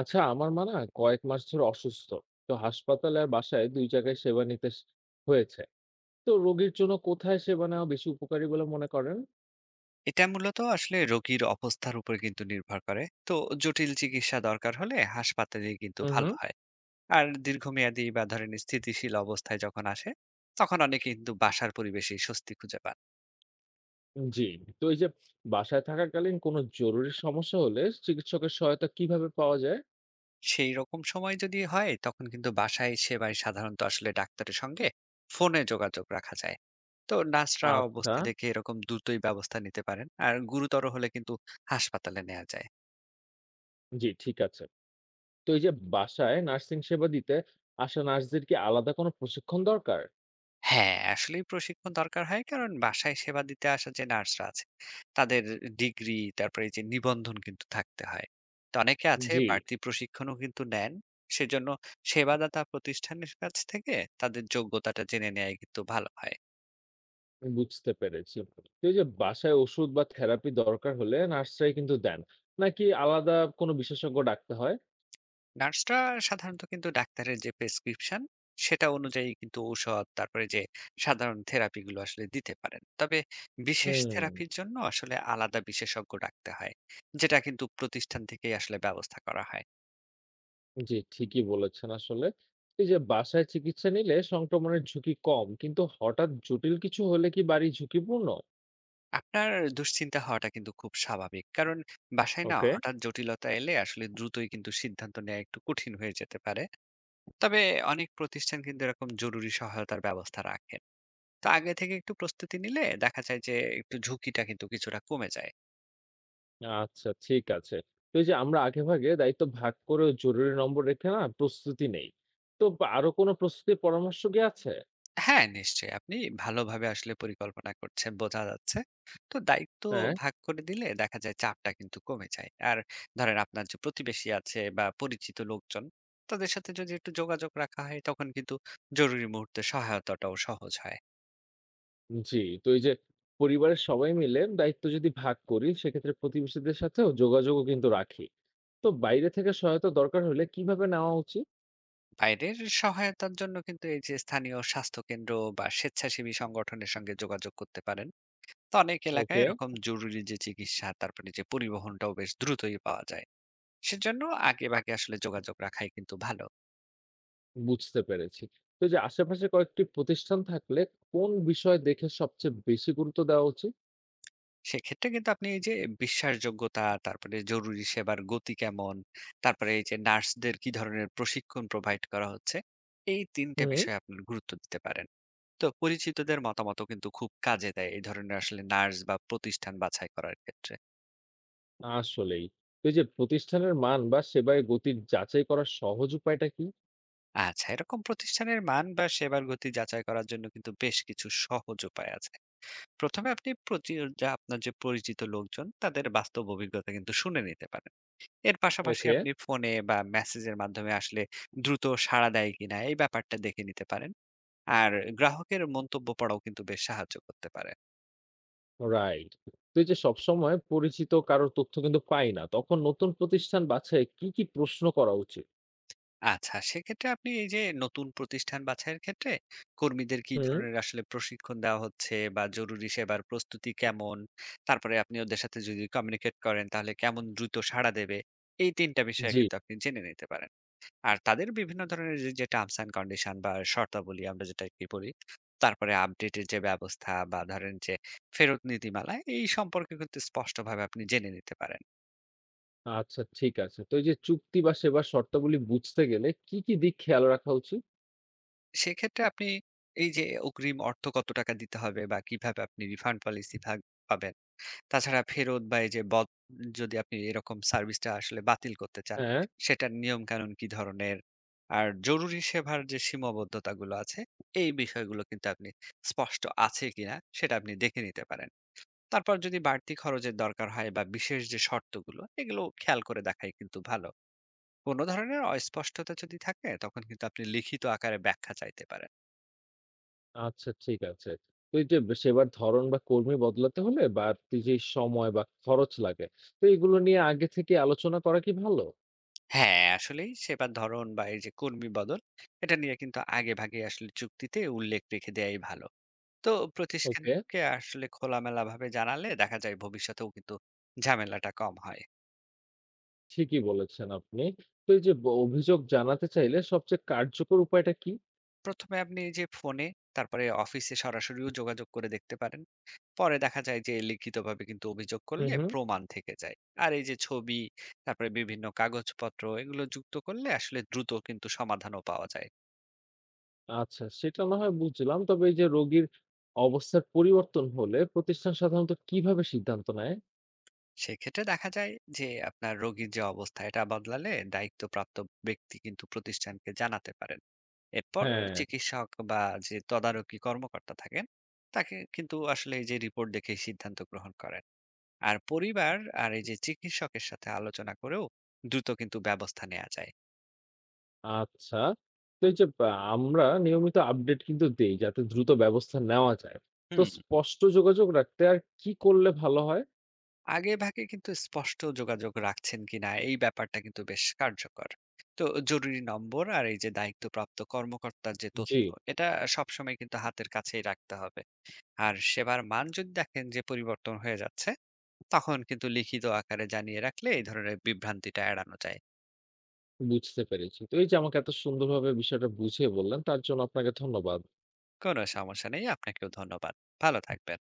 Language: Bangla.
আচ্ছা, আমার মা না কয়েক মাস ধরে অসুস্থ। তো হাসপাতালে আর বাসায় দুই জায়গায় সেবা নিতে হয়েছে। তো রোগীর জন্য কোথায় সেবা নেওয়া বেশি উপকারী বলে মনে করেন? এটা মূলত আসলে রোগীর অবস্থার উপর কিন্তু নির্ভর করে। তো জটিল চিকিৎসা দরকার হলে হাসপাতালে কিন্তু হুম, ভালো হুম। হয়। আর দীর্ঘমেয়াদী বা ধরেন স্থিতিশীল অবস্থায় যখন আসে, তখন অনেকে কিন্তু বাসার পরিবেশে স্বস্তি খুঁজে পান। জি। তো এই যে বাসায় থাকাকালীন কোনো জরুরি সমস্যা হলে চিকিৎসকের সহায়তা কিভাবে পাওয়া যায়? সেই রকম সময় যদি হয় তখন কিন্তু বাসায় সেবায় সাধারণত আসলে ডাক্তারের সঙ্গে ফোনে যোগাযোগ রাখা যায়। তো নার্সরা আচ্ছা। অবস্থা দেখে এরকম দ্রুতই ব্যবস্থা নিতে পারেন, আর গুরুতর হলে কিন্তু হাসপাতালে নেওয়া যায়। জি, ঠিক আছে। তো এই যে বাসায় নার্সিং সেবা দিতে আসা নার্সদের কি আলাদা কোনো প্রশিক্ষণ দরকার? হ্যাঁ, আসলেই প্রশিক্ষণ দরকার হয়। কারণ বাসায় সেবা দিতে আসা যে নার্সরা আছে, তাদের ডিগ্রি তারপরে এই যে নিবন্ধন কিন্তু থাকতে হয়। তো অনেকে আছে জি। বাড়তি প্রশিক্ষণও কিন্তু নেন। সেজন্য সেবাদাতা প্রতিষ্ঠানের কাছ থেকে তাদের যোগ্যতাটা জেনে নেয়াই কিন্তু ভালো হয়। বুঝতে পেরেছি। তো এই যে বাসায় ওষুধ বা থেরাপি দরকার হলে নার্সরাই কিন্তু দেন। নাকি আলাদা কোনো বিশেষজ্ঞ ডাকতে হয়? নার্সরা সাধারণত কিন্তু ডাক্তারের যে প্রেসক্রিপশন সেটা অনুযায়ী কিন্তু ঔষধ তারপরে যে সাধারণ থেরাপিগুলো আসলে দিতে পারেন, তবে বিশেষ হুম। থেরাপির জন্য আসলে আলাদা বিশেষজ্ঞ রাখতে হয়, যেটা কিন্তু প্রতিষ্ঠান থেকেই আসলে ব্যবস্থা করা হয়। জি, ঠিকই বলেছেন আসলে। এই যে বাসায় চিকিৎসা নিলে সংক্রমণের ঝুঁকি কম, কিন্তু হঠাৎ জটিল কিছু হলে কি বাড়ি ঝুঁকিপূর্ণ? আপনার দুশ্চিন্তা হওয়াটা কিন্তু খুব স্বাভাবিক, কারণ বাসায় না ওকে। হঠাৎ জটিলতা এলে আসলে দ্রুতই কিন্তু সিদ্ধান্ত নেওয়া একটু কঠিন হয়ে যেতে পারে। তবে অনেক প্রতিষ্ঠান কিন্তু এরকম জরুরি সহায়তার ব্যবস্থা রাখেন। তো আগে থেকে একটু প্রস্তুতি নিলে দেখা যায় যে একটু ঝুঁকিটা কিন্তু কিছুটা কমে যায়। আচ্ছা, ঠিক আছে। তো এই যে আমরা আগেভাগে দায়িত্ব ভাগ করে জরুরি নম্বর রেখে না প্রস্তুতি নেই। তো আরো কোনো প্রস্তুতির পরামর্শ কি আছে? হ্যাঁ, নিশ্চয়ই। আপনি ভালোভাবে আসলে পরিকল্পনা করছেন, বোঝা যাচ্ছে। তো দায়িত্ব হ্যাঁ। ভাগ করে দিলে দেখা যায় চাপটা কিন্তু কমে যায়। আর ধরেন আপনার যে প্রতিবেশী আছে বা পরিচিত লোকজন, তাদের সাথে যদি একটু যোগাযোগ রাখা হয় তখন কিন্তু জরুরি মুহূর্তে সহায়তাটাও সহজ হয়। জি, তো এই যে পরিবারের সবাই মিলে দায়িত্ব যদি ভাগ করি সেক্ষেত্রে প্রতিবেশীদের সাথেও যোগাযোগও কিন্তু রাখি। তো বাইরে থেকে সহায়তা দরকার হলে কিভাবে নেওয়া উচিত? বাইরের সহায়তার জন্য কিন্তু এই যে স্থানীয় স্বাস্থ্যকেন্দ্র বা স্বেচ্ছাসেবী সংগঠনের সঙ্গে যোগাযোগ করতে পারেন। তো অনেক এলাকায় ওকে। এরকম জরুরি যে চিকিৎসা, তারপরে যে পরিবহনটাও বেশ দ্রুতই পাওয়া যায়। সেজন্য আগেভাগে আসলে যোগাযোগ রাখাই কিন্তু ভালো। বুঝতে পেরেছি। তো এই যে আশেপাশে কয়েকটি প্রতিষ্ঠান থাকলে কোন বিষয় দেখে সবচেয়ে বেশি গুরুত্ব দেওয়া উচিত? সেক্ষেত্রে কিন্তু আপনি এই যে বিশ্বাসযোগ্যতা, তারপরে জরুরি সেবার গতি কেমন, তারপরে এই যে নার্সদের কি ধরনের প্রশিক্ষণ প্রোভাইড করা হচ্ছে, এই ৩ টে হুম। বিষয়ে আপনার গুরুত্ব দিতে পারেন। তো পরিচিতদের মতামতও কিন্তু খুব কাজে দেয় এই ধরনের আসলে নার্স বা প্রতিষ্ঠান বাছাই করার ক্ষেত্রে। আসলেই। তো এই যে প্রতিষ্ঠানের মান বা সেবায় গতির যাচাই করার সহজ উপায়টা কি? আচ্ছা, এরকম প্রতিষ্ঠানের মান বা সেবার গতি যাচাই করার জন্য কিন্তু বেশ কিছু সহজ উপায় আছে। ১ম এ আপনি যা আপনার যে পরিচিত লোকজন তাদের বাস্তব অভিজ্ঞতা কিন্তু শুনে নিতে পারেন। এর পাশাপাশি ওকে। আপনি ফোনে বা মেসেজের মাধ্যমে আসলে দ্রুত সাড়া দেয় কিনা এই ব্যাপারটা দেখে নিতে পারেন। আর গ্রাহকের মন্তব্য পড়াও কিন্তু বেশ সাহায্য করতে পারে। রাইট। তো এই যে সবসময় পরিচিত কারোর তথ্য কিন্তু পাই না তখন নতুন প্রতিষ্ঠান বাছাই কি কি প্রশ্ন করা উচিত? আচ্ছা, সেক্ষেত্রে আপনি এই যে নতুন প্রতিষ্ঠান বাছাইয়ের ক্ষেত্রে কর্মীদের কি হুম। ধরনের আসলে প্রশিক্ষণ দেওয়া হচ্ছে বা জরুরি সেবার প্রস্তুতি কেমন? তারপরে আপনি ওদের সাথে যদি কমিউনিকেট করেন তাহলে কেমন দ্রুত সাড়া দেবে? এই ৩ টা বিষয়ে জি। কিন্তু আপনি জেনে নিতে পারেন। আর তাদের বিভিন্ন ধরনের যে যে টার্মস অ্যান্ড কন্ডিশন বা শর্তাবলী আমরা যেটা কি বলি, তারপরে আপডেটের যে ব্যবস্থা বা ধরেন যে ফেরত নীতিমালা এই সম্পর্কে কিন্তু স্পষ্টভাবে আপনি জেনে নিতে পারেন। আচ্ছা, ঠিক আছে। তো এই যে চুক্তি বা সেবার শর্তাবলী বুঝতে গেলে কি, কি দিক খেয়াল রাখা উচিত? সেক্ষেত্রে আপনি এই যে অগ্রিম অর্থ কত টাকা দিতে হবে বা কিভাবে আপনি রিফান্ড পলিসি ভাগ পাবেন। তাছাড়া ফেরত বা এই যে যদি আপনি এরকম সার্ভিসটা আসলে বাতিল করতে চান, হ্যাঁ, সেটার নিয়মকানুন কি ধরনের? আর জরুরি সেবার যে সীমাবদ্ধতাগুলো আছে, এই বিষয়গুলো কিন্তু আপনি স্পষ্ট আছে কিনা সেটা আপনি দেখে নিতে পারেন। তারপর যদি বাড়তি খরচের দরকার হয় বা বিশেষ যে শর্তগুলো, এগুলো খেয়াল করে দেখাই কিন্তু ভালো। কোন ধরনের অস্পষ্টতা যদি থাকে, তখন কিন্তু আপনি লিখিত আকারে ব্যাখ্যা চাইতে পারেন। আচ্ছা, ঠিক আছে। তো এই যে সেবার ধরন বা কর্মী বদলাতে হলে বাড়তি যে সময় বা খরচ লাগে, তো এগুলো নিয়ে আগে থেকে আলোচনা করা কি ভালো? হ্যাঁ, আসলেই সেবার ধরন বা এই যে কর্মী বদল, এটা নিয়ে কিন্তু আগেভাগে আসলে চুক্তিতে উল্লেখ রেখে দেয়াই ভালো। তো ওকে, প্রতিষ্ঠানকে আসলে খোলামেলাভাবে জানালে দেখা যায় ভবিষ্যতেও কিন্তু ঝামেলাটা কম হয়। ঠিকই বলেছেন আপনি। তো এই যে অভিযোগ জানাতে চাইলে সবচেয়ে কার্যকর উপায়টা কি? ১ম এ আপনি এই যে ফোনে, তারপরে অফিসে সরাসরিও যোগাযোগ করে দেখতে পারেন। পরে দেখা যায় যে লিখিতভাবে কিন্তু অভিযোগ হুম, করলে হুম। প্রমাণ থেকে যায়। আর এই যে ছবি, তারপরে বিভিন্ন কাগজপত্র এগুলো যুক্ত করলে আসলে দ্রুত কিন্তু সমাধানও পাওয়া যায়। আচ্ছা, সেটা না হয় বুঝলাম। তবে এই যে রোগীর অবস্থার পরিবর্তন হলে প্রতিষ্ঠান সাধারণত কিভাবে সিদ্ধান্ত নেয়? সেক্ষেত্রে দেখা যায় যে আপনার রোগীর যে অবস্থা এটা বদলালে দায়িত্বপ্রাপ্ত ব্যক্তি কিন্তু প্রতিষ্ঠানকে জানাতে পারেন। এরপর হ্যাঁ। চিকিৎসক বা যে তদারকি কর্মকর্তা থাকেন তাকে কিন্তু আসলে এই যে রিপোর্ট দেখে সিদ্ধান্ত গ্রহণ করেন। আর পরিবার আর এই যে চিকিৎসকের সাথে আলোচনা করেও দ্রুত কিন্তু ব্যবস্থা নেওয়া যায়। আচ্ছা। তো এই যে আমরা নিয়মিত আপডেট কিন্তু দেই যাতে দ্রুত ব্যবস্থা নেওয়া যায়। তো হুম। স্পষ্ট যোগাযোগ রাখতে আর কি করলে ভালো হয়? আগেভাগে কিন্তু স্পষ্ট যোগাযোগ রাখছেন কিনা এই ব্যাপারটা কিন্তু বেশ কার্যকর। তো জরুরি নম্বর আর এই যে দায়িত্বপ্রাপ্ত কর্মকর্তার যে জি। তথ্য এটা সবসময় কিন্তু হাতের কাছেই রাখতে হবে। আর সেবার মান যদি দেখেন যে পরিবর্তন হয়ে যাচ্ছে তখন কিন্তু লিখিত আকারে জানিয়ে রাখলে এই ধরনের বিভ্রান্তিটা এড়ানো যায়। বুঝতে পেরেছি। তো এই যে আমাকে এত সুন্দরভাবে বিষয়টা বুঝিয়ে বললেন তার জন্য আপনাকে ধন্যবাদ। কোনো সমস্যা নেই, আপনাকেও ধন্যবাদ। ভালো থাকবেন।